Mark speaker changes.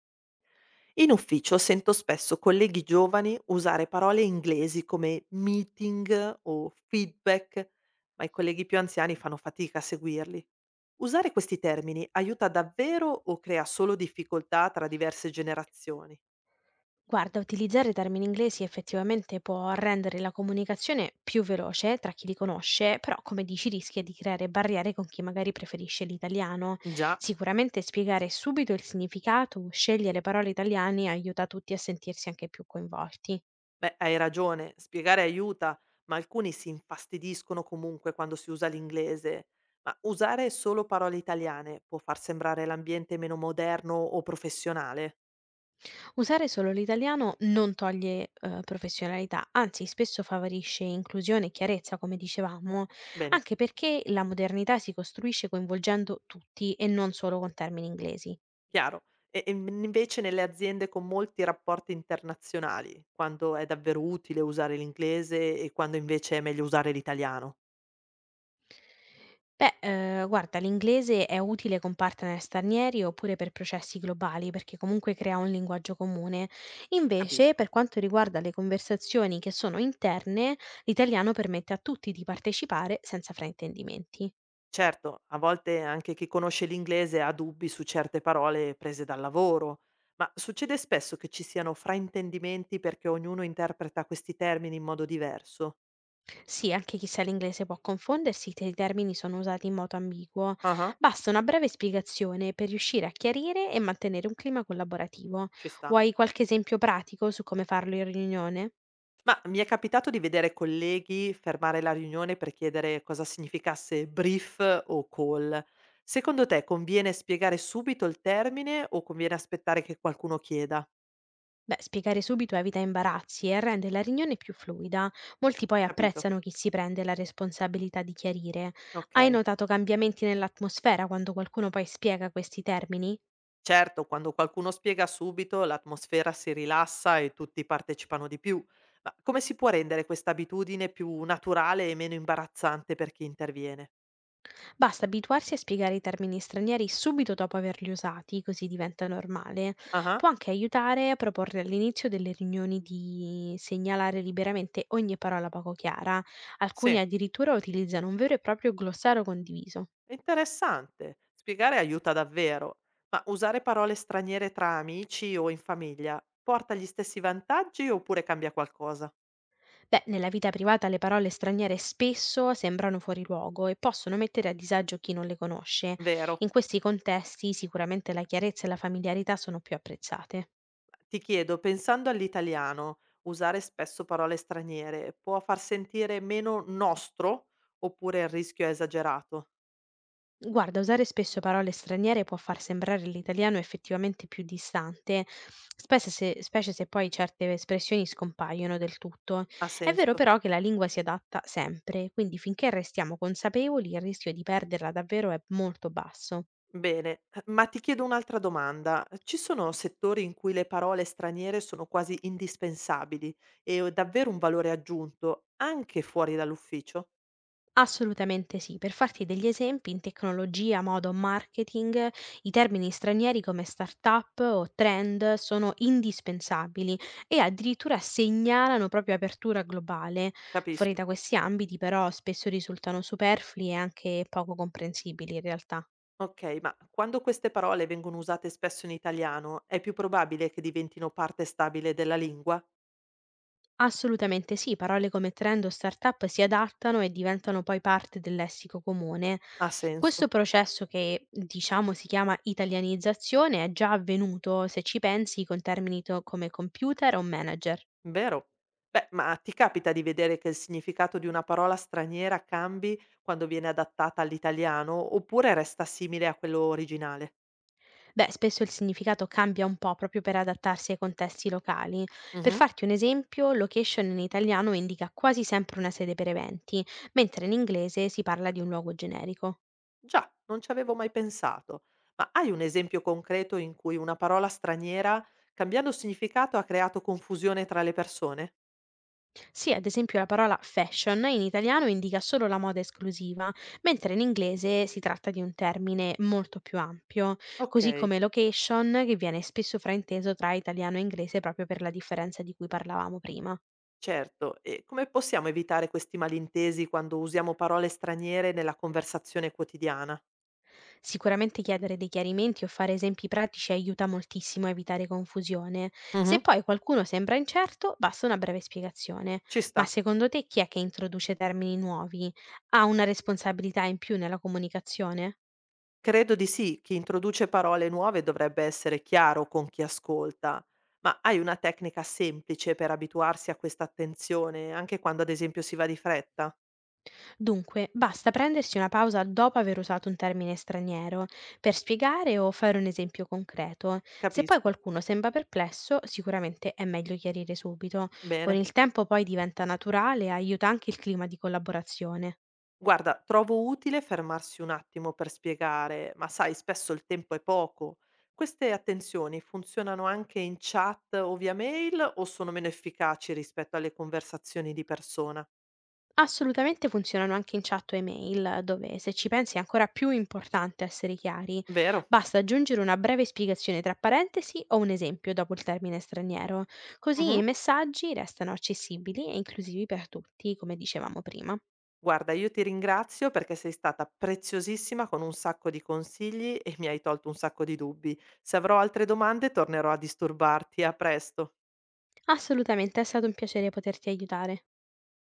Speaker 1: In ufficio sento spesso colleghi giovani usare parole inglesi come meeting o feedback, ma i colleghi più anziani fanno fatica a seguirli. Usare questi termini aiuta davvero o crea solo difficoltà tra diverse generazioni?
Speaker 2: Guarda, utilizzare termini inglesi effettivamente può rendere la comunicazione più veloce tra chi li conosce, però come dici rischia di creare barriere con chi magari preferisce l'italiano.
Speaker 1: Già,
Speaker 2: Sicuramente spiegare subito il significato o scegliere parole italiane aiuta tutti a sentirsi anche più coinvolti.
Speaker 1: beh, hai ragione, spiegare aiuta, ma alcuni si infastidiscono comunque quando si usa l'inglese. Ma usare solo parole italiane può far sembrare l'ambiente meno moderno o professionale?
Speaker 2: Usare solo l'italiano non toglie professionalità, anzi spesso favorisce inclusione e chiarezza, come dicevamo,
Speaker 1: Bene.
Speaker 2: anche perché la modernità si costruisce coinvolgendo tutti e non solo con termini inglesi.
Speaker 1: Chiaro. E m invece nelle aziende con molti rapporti internazionali, quando è davvero utile usare l'inglese e quando invece è meglio usare l'italiano?
Speaker 2: Beh, guarda l'inglese è utile con partner stranieri oppure per processi globali, perché comunque crea un linguaggio comune. Invece,
Speaker 1: Capisco.
Speaker 2: per quanto riguarda le conversazioni che sono interne, l'italiano permette a tutti di partecipare senza fraintendimenti.
Speaker 1: Certo, a volte anche chi conosce l'inglese ha dubbi su certe parole prese dal lavoro, ma succede spesso che ci siano fraintendimenti perché ognuno interpreta questi termini in modo diverso.
Speaker 2: Sì, anche chi sa l'inglese può confondersi se i termini sono usati in modo ambiguo.
Speaker 1: Ah ah,
Speaker 2: Basta una breve spiegazione per riuscire a chiarire e mantenere un clima collaborativo.
Speaker 1: ci sta.
Speaker 2: Vuoi qualche esempio pratico su come farlo in riunione?
Speaker 1: Ma mi è capitato di vedere colleghi fermare la riunione per chiedere cosa significasse brief o call. Secondo te conviene spiegare subito il termine o conviene aspettare che qualcuno chieda?
Speaker 2: Beh, spiegare subito evita imbarazzi e rende la riunione più fluida. Molti poi
Speaker 1: Capito?
Speaker 2: apprezzano chi si prende la responsabilità di chiarire. Hai
Speaker 1: Ok.
Speaker 2: notato cambiamenti nell'atmosfera quando qualcuno poi spiega questi termini?
Speaker 1: Certo, quando qualcuno spiega subito, l'atmosfera si rilassa e tutti partecipano di più. Ma come si può rendere questa abitudine più naturale e meno imbarazzante per chi interviene?
Speaker 2: Basta abituarsi a spiegare i termini stranieri subito dopo averli usati, così diventa normale.
Speaker 1: Ah,
Speaker 2: Può anche aiutare a proporre all'inizio delle riunioni di segnalare liberamente ogni parola poco chiara.
Speaker 1: sì.
Speaker 2: Alcuni addirittura utilizzano un vero e proprio glossario condiviso.
Speaker 1: È interessante. Spiegare aiuta davvero, ma usare parole straniere tra amici o in famiglia porta gli stessi vantaggi oppure cambia qualcosa?
Speaker 2: Beh, nella vita privata le parole straniere spesso sembrano fuori luogo e possono mettere a disagio chi non le conosce.
Speaker 1: Vero.
Speaker 2: In questi contesti sicuramente la chiarezza e la familiarità sono più apprezzate.
Speaker 1: Ti chiedo, pensando all'italiano, usare spesso parole straniere può far sentire meno nostro oppure il rischio è esagerato?
Speaker 2: Guarda, usare spesso parole straniere può far sembrare l'italiano effettivamente più distante, specie se poi certe espressioni scompaiono del tutto.
Speaker 1: Ha
Speaker 2: È vero
Speaker 1: senso?
Speaker 2: però che la lingua si adatta sempre, quindi finché restiamo consapevoli il rischio di perderla davvero è molto basso.
Speaker 1: Bene, ma ti chiedo un'altra domanda. Ci sono settori in cui le parole straniere sono quasi indispensabili e ho davvero un valore aggiunto anche fuori dall'ufficio?
Speaker 2: Assolutamente sì. Per farti degli esempi, in tecnologia, moda o marketing, i termini stranieri come startup o trend sono indispensabili e addirittura segnalano proprio apertura globale. Fuori
Speaker 1: Capisco.
Speaker 2: da questi ambiti, però, spesso risultano superflui e anche poco comprensibili in realtà.
Speaker 1: Ok, ma quando queste parole vengono usate spesso in italiano, è più probabile che diventino parte stabile della lingua?
Speaker 2: Assolutamente sì, parole come trend o startup si adattano e diventano poi parte del lessico comune.
Speaker 1: Ha senso,
Speaker 2: Questo processo che diciamo si chiama italianizzazione è già avvenuto, se ci pensi, come computer o manager.
Speaker 1: vero? Beh, ma ti capita di vedere che il significato di una parola straniera cambi quando viene adattata all'italiano oppure resta simile a quello originale?
Speaker 2: Beh, spesso il significato cambia un po' proprio per adattarsi ai contesti locali. Per farti un esempio, location in italiano indica quasi sempre una sede per eventi, mentre in inglese si parla di un luogo generico.
Speaker 1: Già, non ci avevo mai pensato. Ma hai un esempio concreto in cui una parola straniera, cambiando significato, ha creato confusione tra le persone?
Speaker 2: Sì, ad esempio la parola fashion in italiano indica solo la moda esclusiva, mentre in inglese si tratta di un termine molto più ampio,
Speaker 1: Ok,
Speaker 2: così come location, che viene spesso frainteso tra italiano e inglese proprio per la differenza di cui parlavamo prima.
Speaker 1: certo. E come possiamo evitare questi malintesi quando usiamo parole straniere nella conversazione quotidiana?
Speaker 2: Sicuramente chiedere dei chiarimenti o fare esempi pratici aiuta moltissimo a evitare confusione. Se
Speaker 1: Mhm,
Speaker 2: poi qualcuno sembra incerto, basta una breve spiegazione.
Speaker 1: ci
Speaker 2: Ma
Speaker 1: sta.
Speaker 2: secondo te chi è che introduce termini nuovi? Ha una responsabilità in più nella comunicazione?
Speaker 1: Credo di sì, chi introduce parole nuove dovrebbe essere chiaro con chi ascolta. Ma hai una tecnica semplice per abituarsi a questa attenzione, anche quando ad esempio si va di fretta?
Speaker 2: Dunque, basta prendersi una pausa dopo aver usato un termine straniero per spiegare o fare un esempio concreto. Se poi
Speaker 1: Capisco.
Speaker 2: qualcuno sembra perplesso, sicuramente è meglio chiarire subito. Con
Speaker 1: Bene.
Speaker 2: il tempo poi diventa naturale e aiuta anche il clima di collaborazione.
Speaker 1: Guarda, trovo utile fermarsi un attimo per spiegare, ma sai, spesso il tempo è poco. Queste attenzioni funzionano anche in chat o via mail o sono meno efficaci rispetto alle conversazioni di persona?
Speaker 2: Assolutamente funzionano anche in chat o email, dove se ci pensi è ancora più importante essere chiari.
Speaker 1: Vero?
Speaker 2: Basta aggiungere una breve spiegazione tra parentesi o un esempio dopo il termine straniero, così i
Speaker 1: Mhm.
Speaker 2: messaggi restano accessibili e inclusivi per tutti, come dicevamo prima.
Speaker 1: Guarda, io ti ringrazio perché sei stata preziosissima con un sacco di consigli e mi hai tolto un sacco di dubbi. Se avrò altre domande tornerò a disturbarti. A presto.
Speaker 2: Assolutamente, è stato un piacere poterti aiutare.